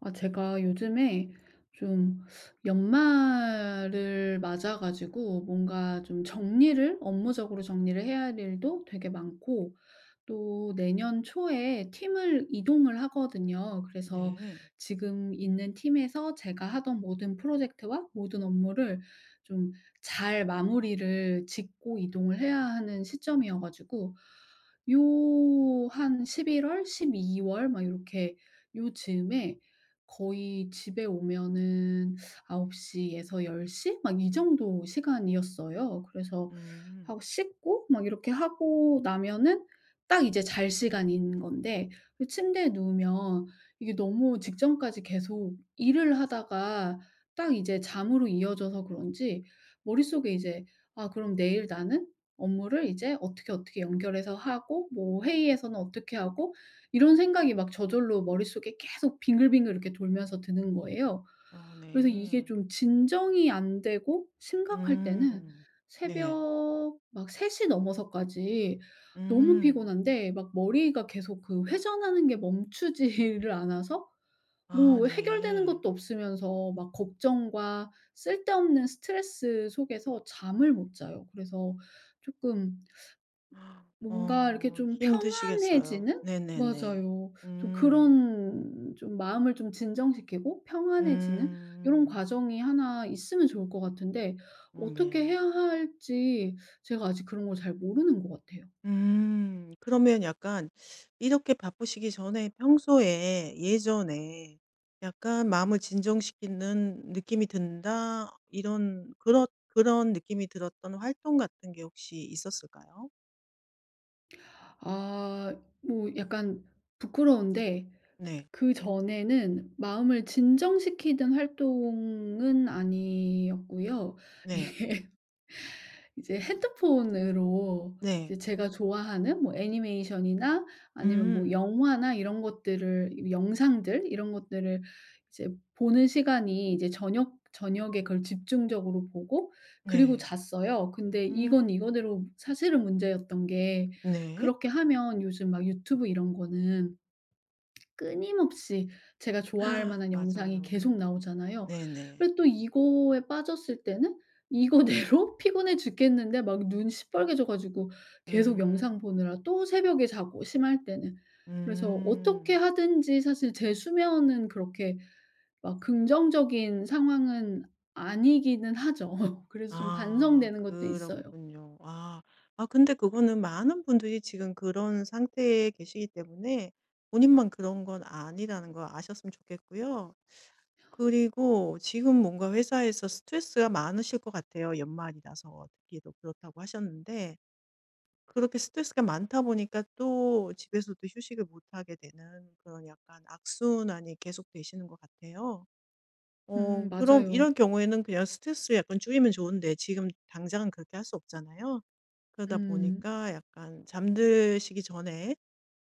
아, 제가 요즘에 좀 연말을 맞아 가지고 뭔가 좀 정리를, 업무적으로 정리를 해야 할 일도 되게 많고, 또 내년 초에 팀을 이동을 하거든요. 그래서 네. 지금 있는 팀에서 제가 하던 모든 프로젝트와 모든 업무를 좀 잘 마무리를 짓고 이동을 해야 하는 시점이어 가지고, 요 한 11 월, 12월 막 요렇게 요 즈음에 거의 집에 오면은 9홉시 에서 1 0막 이 정도 시간이었어요. 그래서 음. 하고 씻고 막 이렇게 하고 나면은 딱 이제 잘 시간인 건데, 그 침대에 누우면 이게 너무 직전까지 계속 일을 하다가 딱 이제 잠으로 이어져서 그런지 머릿속에 이제 '아 그럼 내일 나는 업무를 이제 어떻게, 어떻게 연결해서 하고 뭐 회의에서는 어떻게 하고' 이런 생각이 막 저절로 머릿속에 계속 빙글빙글 이렇게 돌면서 드는 거예요. 어 그래서 이게 네. 좀 진정이 안 되고 심각할 때는 음. 네. 새벽 막 3 시 넘어서까지 너무 음. 피곤한데 막 머리가 계속 그 회전하는 게 멈추지를 않아서, 아 뭐 해결되는 네. 것도 없으면서 막 걱정과 쓸데없는 스트레스 속에서 잠을 못 자요. 그래서 조금 뭔가 이렇게 어 좀 힘드시겠어요. 평안해지는? 네네네. 맞아요. 좀 음. 그런 좀 마음을 좀 진정시키고 평안해지는 이런 음. 과정이 하나 있으면 좋을 것 같은데, 어 어떻게 네. 해야 할지 제가 아직 그런 걸 잘 모르는 것 같아요. 음. 그러면 약간 이렇게 바쁘시기 전에 평소에 예전에 약간 '마음을 진정시키는 느낌이 든다.' 이런 그런 느낌이 들었던 활동 같은 게 혹시 있었을까요? 아, 뭐 약간 부끄러운데, 네. 그전에는 마음을 진정시키는 활동은 아니었고요. 네. 이제 핸드폰으로 네. 이제 제가 좋아하는 뭐 애니메이션이나 아니면 뭐 음. 영화나 이런 것들을, 영상들 이런 것들을 이제 보는 시간이 이제 저녁에 그걸 집중적으로 보고 그리고 네. 잤어요. 근데 음. 이건 이거대로 사실은 문제였던 게, 네. 그렇게 하면 요즘 막 유튜브 이런 거는 끊임없이 제가 좋아할 만한 영상이 맞아요. 계속 나오잖아요. 네네. 그리고 또 이거에 빠졌을 때는 이거대로 피곤해 죽겠는데 막 눈 시뻘개져 가지고 계속 음. 영상 보느라 또 새벽에 자고, 심할 때는. 그래서 어떻게 음. 하든지 사실 제 수면은 그렇게 막 긍정적인 상황은 아니기는 하죠. 그래서 좀 아 반성되는 것도 있어요. 그렇군요. 아. 아 근데 그거는 많은 분들이 지금 그런 상태에 계시기 때문에 본인만 그런 건 아니라는 걸 아셨으면 좋겠고요. 그리고 지금 뭔가 회사에서 스트레스가 많으실 것 같아요. 연말이라서 듣기도 그렇다고 하셨는데 그렇게 스트레스가 많다 보니까 또 집에서도 휴식을 못 하게 되는 그런 약간 악순환이 계속 되시는 것 같아요. 어, 음, 그럼 맞아요. 이런 경우에는 그냥 스트레스를 약간 줄이면 좋은데 지금 당장은 그렇게 할 수 없잖아요. 그러다 음. 보니까 약간 잠드시기 전에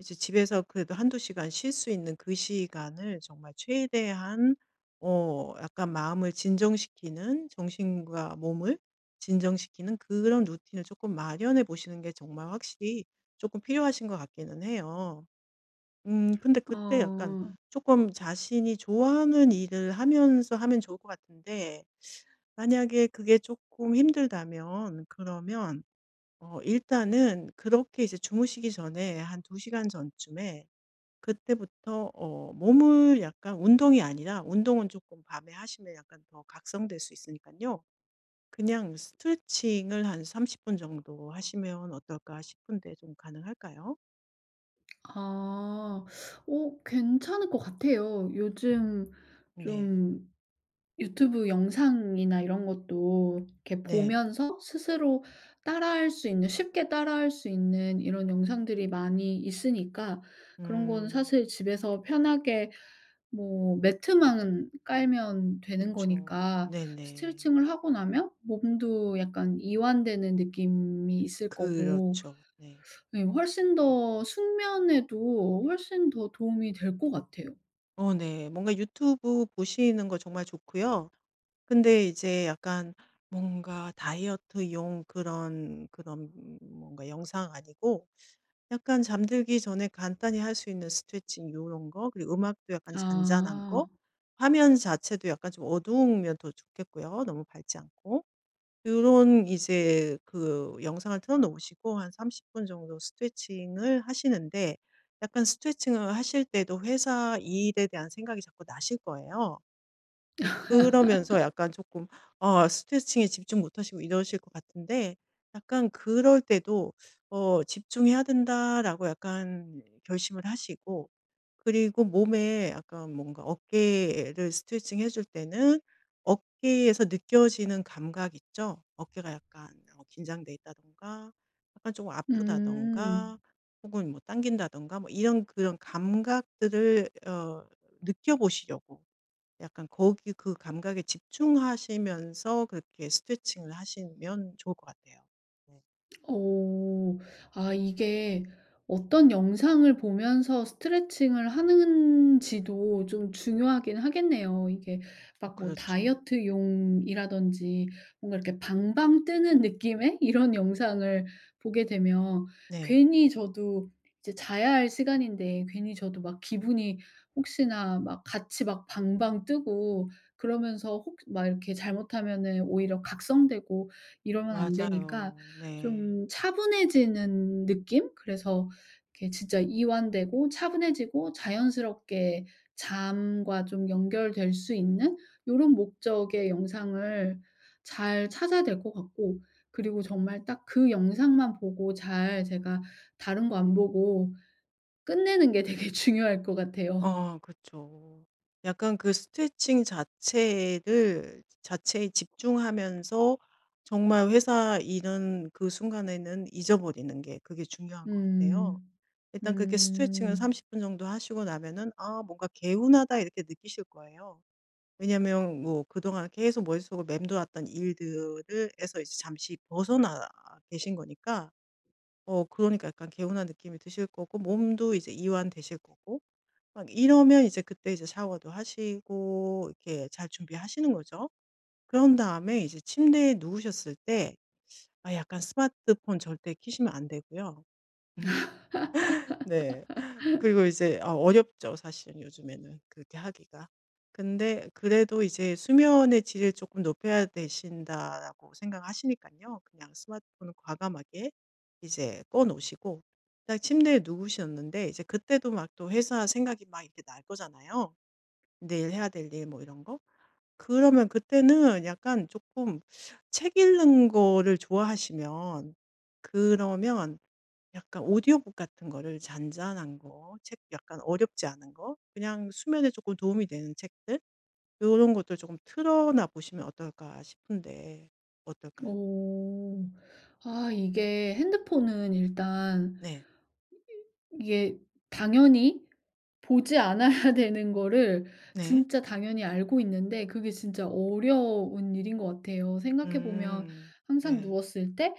이제 집에서 그래도 한두 시간 쉴 수 있는 그 시간을 정말 최대한 어 약간 마음을 진정시키는 정신과 몸을 진정시키는 그런 루틴을 조금 마련해 보시는 게 정말 확실히 조금 필요하신 것 같기는 해요. 근데 그때 약간 아. 조금 자신이 좋아하는 일을 하면서 하면 좋을 것 같은데 만약에 그게 조금 힘들다면 그러면 어 일단은 그렇게 이제 주무시기 전에 한 2시간 시간 전쯤에 그때부터 어 몸을 약간 운동이 아니라 운동은 조금 밤에 하시면 약간 더 각성될 수 있으니까요. 그냥 스트레칭을 한 30분 정도 하시면 어떨까 싶은데 좀 가능할까요? 아. 어, 괜찮을 것 같아요. 요즘 네. 좀 유튜브 영상이나 이런 것도 이렇게 네. 보면서 스스로 따라할 수 있는, 쉽게 따라할 수 있는 이런 영상들이 많이 있으니까 그런 건 음. 사실 집에서 편하게 뭐 매트만 깔면 되는 그쵸. 거니까, 네네. 스트레칭을 하고 나면 몸도 약간 이완되는 느낌이 있을 거고. 그렇죠. 네. 네. 훨씬 더 숙면에도 훨씬 더 도움이 될 것 같아요. 어 네. 뭔가 유튜브 보시는 거 정말 좋고요. 근데 이제 약간 뭔가 다이어트용 그런 뭔가 영상 아니고 약간 잠들기 전에 간단히 할 수 있는 스트레칭 요런 거, 그리고 음악도 약간 잔잔한 거, 아. 화면 자체도 약간 좀 어두우면 더 좋겠고요. 너무 밝지 않고. 요런 이제 그 영상을 틀어 놓으시고 한 30분 정도 스트레칭을 하시는데 약간 스트레칭을 하실 때도 회사 일에 대한 생각이 자꾸 나실 거예요. 어 그러면서 약간 조금 아 스트레칭에 집중 못 하시고 이러실 것 같은데 약간 그럴 때도 어 '집중해야 된다.'라고 약간 결심을 하시고, 그리고 몸에 약간 뭔가 어깨를 스트레칭해 줄 때는 어깨에서 느껴지는 감각 있죠? 어깨가 약간 어 긴장돼 있다든가 약간 조금 음. 아프다든가 혹은 뭐 당긴다든가 뭐 이런 그런 감각들을 어 느껴 보시려고 약간 거기 그 감각에 집중하시면서 그렇게 스트레칭을 하시면 좋을 것 같아요. 네. 어. 아, 이게 어떤 영상을 보면서 스트레칭을 하는지도 좀 중요하긴 하겠네요. 이게 어 막 뭐 그렇죠. 다이어트용이라든지 뭔가 이렇게 방방 뜨는 느낌의 이런 영상을 보게 되면, 네. 괜히 저도 이제 자야 할 시간인데 괜히 저도 막 기분이 혹시나 막 같이 막 방방 뜨고, 그러면서 혹 막 이렇게 잘못하면은 오히려 각성되고 이러면 안 되니까 맞아요. 네. 좀 차분해지는 느낌? 그래서 이렇게 진짜 이완되고 차분해지고 자연스럽게 잠과 좀 연결될 수 있는 요런 목적의 영상을 잘 찾아야 될 것 같고, 그리고 정말 딱 그 영상만 보고 잘, 제가 다른 거 안 보고 끝내는 게 되게 중요할 것 같아요. 어 그렇죠. 약간 그 스트레칭 자체를 자체에 집중하면서 정말 회사 일은 그 순간에는 잊어버리는 게 그게 중요한 것 같아요. 음. 일단 그렇게 스트레칭을 음. 30분 정도 하시고 나면은 '아 뭔가 개운하다.' 이렇게 느끼실 거예요. 왜냐면 뭐 그동안 계속 머릿속을 맴돌았던 일들을 에서 이제 잠시 벗어나 계신 거니까 어 그러니까 약간 개운한 느낌이 드실 거고 몸도 이제 이완되실 거고. 막 이러면 이제 그때 이제 샤워도 하시고 이렇게 잘 준비하시는 거죠. 그런 다음에 이제 침대에 누우셨을 때 아 약간 스마트폰 절대 켜시면 안 되고요. 네. 그리고 이제 아 어렵죠 사실은 요즘에는 그렇게 하기가. 근데 그래도 이제 '수면의 질을 조금 높여야 되신다.'라고 생각하시니깐요. 그냥 스마트폰을 과감하게 이제 꺼 놓으시고 딱 침대에 누우셨는데 이제 그때도 막 또 회사 생각이 막 이렇게 날 거잖아요. 내일 해야 될 일 뭐 이런 거. 그러면 그때는 약간 조금 책 읽는 거를 좋아하시면, 그러면 약간 오디오북 같은 거를, 잔잔한 거, 책 약간 어렵지 않은 거, 그냥 수면에 조금 도움이 되는 책들 요런 것들 조금 틀어놔 보시면 어떨까 싶은데 어떨까요? 어. 아, 이게 핸드폰은 일단, 네. 이게 당연히 보지 않아야 되는 거를 네. 진짜 당연히 알고 있는데 그게 진짜 어려운 일인 것 같아요. 생각해 보면 음. 항상 네. 누웠을 때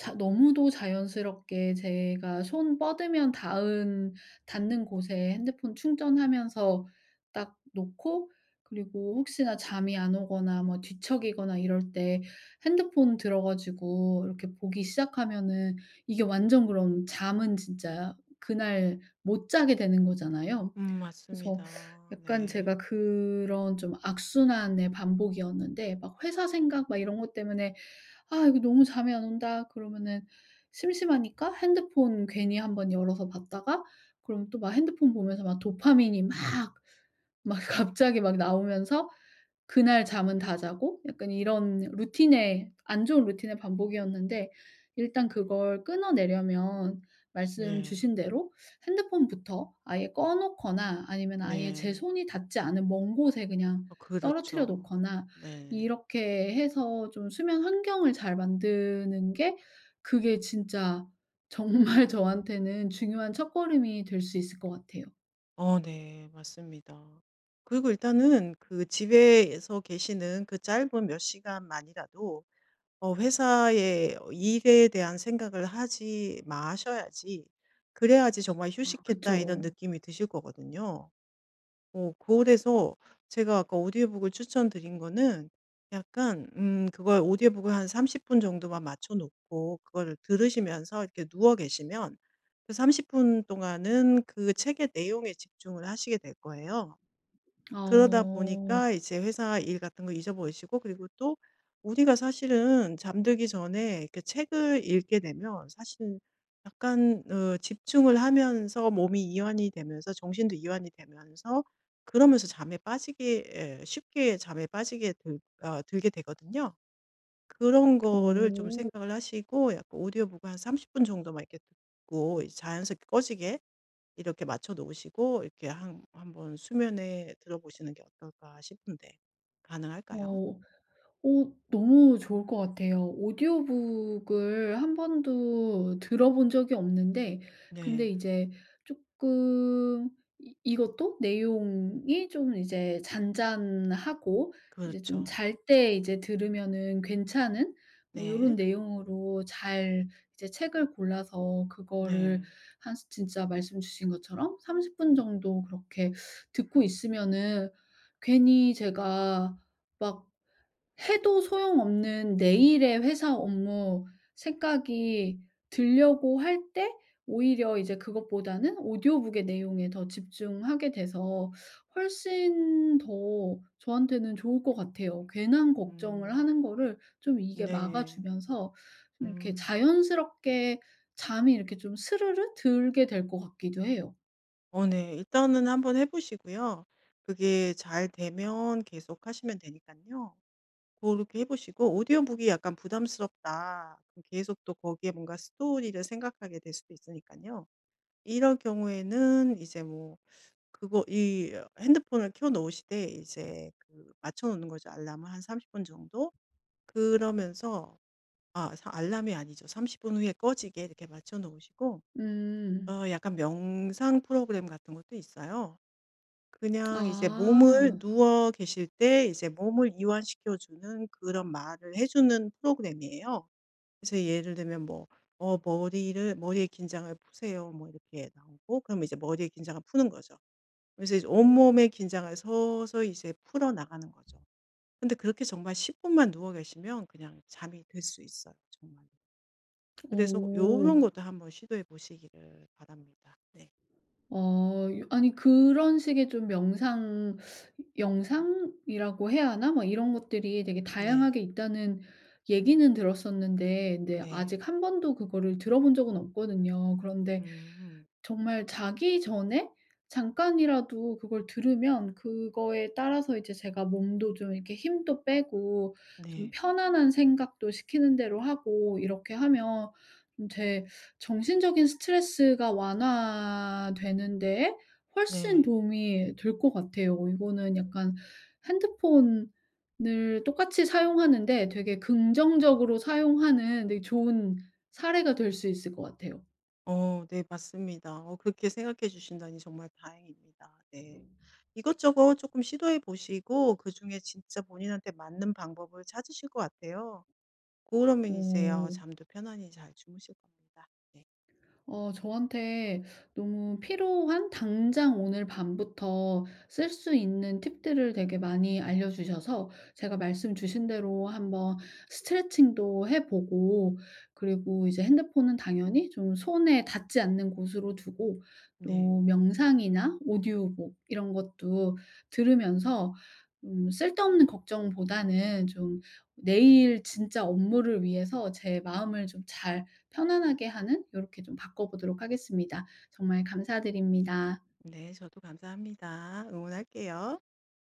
자, 너무도 자연스럽게 제가 손 뻗으면 닿은 닿는 곳에 핸드폰 충전하면서 딱 놓고, 그리고 혹시나 잠이 안 오거나 뭐 뒤척이거나 이럴 때 핸드폰 들어 가지고 이렇게 보기 시작하면은 이게 완전 그럼 잠은 진짜 그날 못 자게 되는 거잖아요. 그래서 맞습니다. 약간 네. 제가 그런 좀 악순환의 반복이었는데, 막 회사 생각 막 이런 것 때문에 '아 이거 너무 잠이 안 온다.' 그러면은 심심하니까 핸드폰 괜히 한번 열어서 봤다가, 그럼 또 막 핸드폰 보면서 막 도파민이 막 갑자기 막 나오면서 그날 잠은 다 자고, 약간 이런 루틴의, 안 좋은 루틴의 반복이었는데, 일단 그걸 끊어내려면 말씀 네. 주신 대로 핸드폰부터 아예 꺼 놓거나 아니면 아예 제 네. 손이 닿지 않은 먼 곳에 그냥 어 떨어뜨려 그렇죠. 놓거나 네네. 이렇게 해서 좀 수면 환경을 잘 만드는 게, 그게 진짜 정말 저한테는 중요한 첫걸음이 될 수 있을 것 같아요. 어 네. 맞습니다. 그리고 일단은 그 집에서 계시는 그 짧은 몇 시간만이라도 어 회사의 어 일에 대한 생각을 하지 마셔야지 그래야지 정말 '휴식했다.' 그쵸. 이런 느낌이 드실 거거든요. 어 그래서 제가 아까 오디오북을 추천드린 거는 약간 그걸 오디오북을 한 30분 정도만 맞춰 놓고 그거를 들으시면서 이렇게 누워 계시면 그 30분 동안은 그 책의 내용에 집중을 하시게 될 거예요. 그러다 어. 보니까 이제 회사 일 같은 거 잊어버리시고. 그리고 또 우리가 사실은 잠들기 전에 이렇게 책을 읽게 되면 사실은 약간 어 집중을 하면서 몸이 이완이 되면서 정신도 이완이 되면서 그러면서 잠에 빠지게, 에, 쉽게 잠에 빠지게 들 어 들게 되거든요. 그런 거를 좀 오. 생각을 하시고 약간 오디오북을 한 30분 정도만 이렇게 듣고 자연스럽게 꺼지게 이렇게 맞춰 놓으시고 이렇게 한 한번 수면에 들어보시는 게 어떨까 싶은데 가능할까요? 어. 어, 너무 좋을 것 같아요. 오디오북을 한 번도 들어본 적이 없는데, 근데 네. 이제 조금, 이 이것도 내용이 좀 이제 잔잔하고 이제 좀 그렇죠. 잘 때 이제 들으면은 괜찮은 뭐 요런 네. 내용으로 잘 이제 책을 골라서 그거를 네. 한 스 진짜 말씀 주신 것처럼 30분 정도 그렇게 듣고 있으면은, 괜히 제가 막 해도 소용없는 내일의 회사 업무 생각이 들려고 할 때 오히려 이제 그것보다는 오디오북의 내용에 더 집중하게 돼서 훨씬 더 저한테는 좋을 것 같아요. 괜한 걱정을 음. 하는 거를 좀 이게 네. 막아주면서 좀 이렇게 음. 자연스럽게 잠이 이렇게 좀 스르르 들게 될 것 같기도 해요. 어 네. 일단은 한번 해 보시고요. 그게 잘 되면 계속 하시면 되니깐요. 고렇게 해 보시고 오디오북이 약간 부담스럽다. 그럼 계속 또 거기에 뭔가 스토리를 생각하게 될 수도 있으니깐요. 이럴 경우에는 이제 뭐 그거 이 핸드폰을 켜 놓으실 때 이제 그 맞춰 놓는 거죠, 알람을 한 30분 정도. 그러면서 아 사 알람이 아니죠. 30분 후에 꺼지게 이렇게 맞춰 놓으시고 음. 어 약간 명상 프로그램 같은 것도 있어요. 그냥 이제 몸을 아. 누워 계실 때 이제 몸을 이완시켜 주는 그런 말을 해 주는 프로그램이에요. 그래서 예를 들면 뭐 어 "머리를 머리의 긴장을 푸세요." 뭐 이렇게 나오고 그러면 이제 머리의 긴장을 푸는 거죠. 그래서 이제 온몸의 긴장을 서서히 이제 풀어나가는 거죠. 근데 그렇게 정말 10분만 분만 누워 계시면 그냥 잠이 들 수 있어요 정말. 그래서 오. 요런 것도 한번 시도해 보시기를 바랍니다. 네. 어, 아니 그런 식의 좀 명상 영상이라고 해야 하나? 뭐 이런 것들이 되게 네. 다양하게 있다는 얘기는 들었었는데, 근데 네. 아직 한 번도 그거를 들어본 적은 없거든요. 그런데 음. 정말 자기 전에 잠깐이라도 그걸 들으면 그거에 따라서 이제 제가 몸도 좀 이렇게 힘도 빼고 좀 네. 편안한 생각도 시키는 대로 하고 이렇게 하면, 좀제 정신적인 스트레스가 완화되는데 훨씬 네. 도움이 될 것 같아요. 이거는 약간 핸드폰을 똑같이 사용하는데 되게 긍정적으로 사용하는 되게 좋은 사례가 될 수 있을 것 같아요. 어 네 맞습니다. 어 그렇게 생각해 주신다니 정말 다행입니다. 네. 이것저것 쪼끔 시도해 보시고 그중에 진짜 본인한테 맞는 방법을 찾으실 것 같아요. 그러면 이제 어 어. 잠도 편안히 잘 주무실 겁니다. 네. 어, 저한테 너무 필요한, 당장 오늘 밤부터 쓸 수 있는 팁들을 되게 많이 알려주셔서, 제가 말씀 주신 대로 한번 스트레칭도 해보고, 그리고 이제 핸드폰은 당연히 좀 손에 닿지 않는 곳으로 두고, 네. 또 명상이나 오디오북 이런 것도 들으면서 쓸데없는 걱정보다는 좀 내일 진짜 업무를 위해서 제 마음을 좀잘 편안하게 하는, 이렇게 좀 바꿔 보도록 하겠습니다. 정말 감사드립니다. 네. 저도 감사합니다. 응원할게요.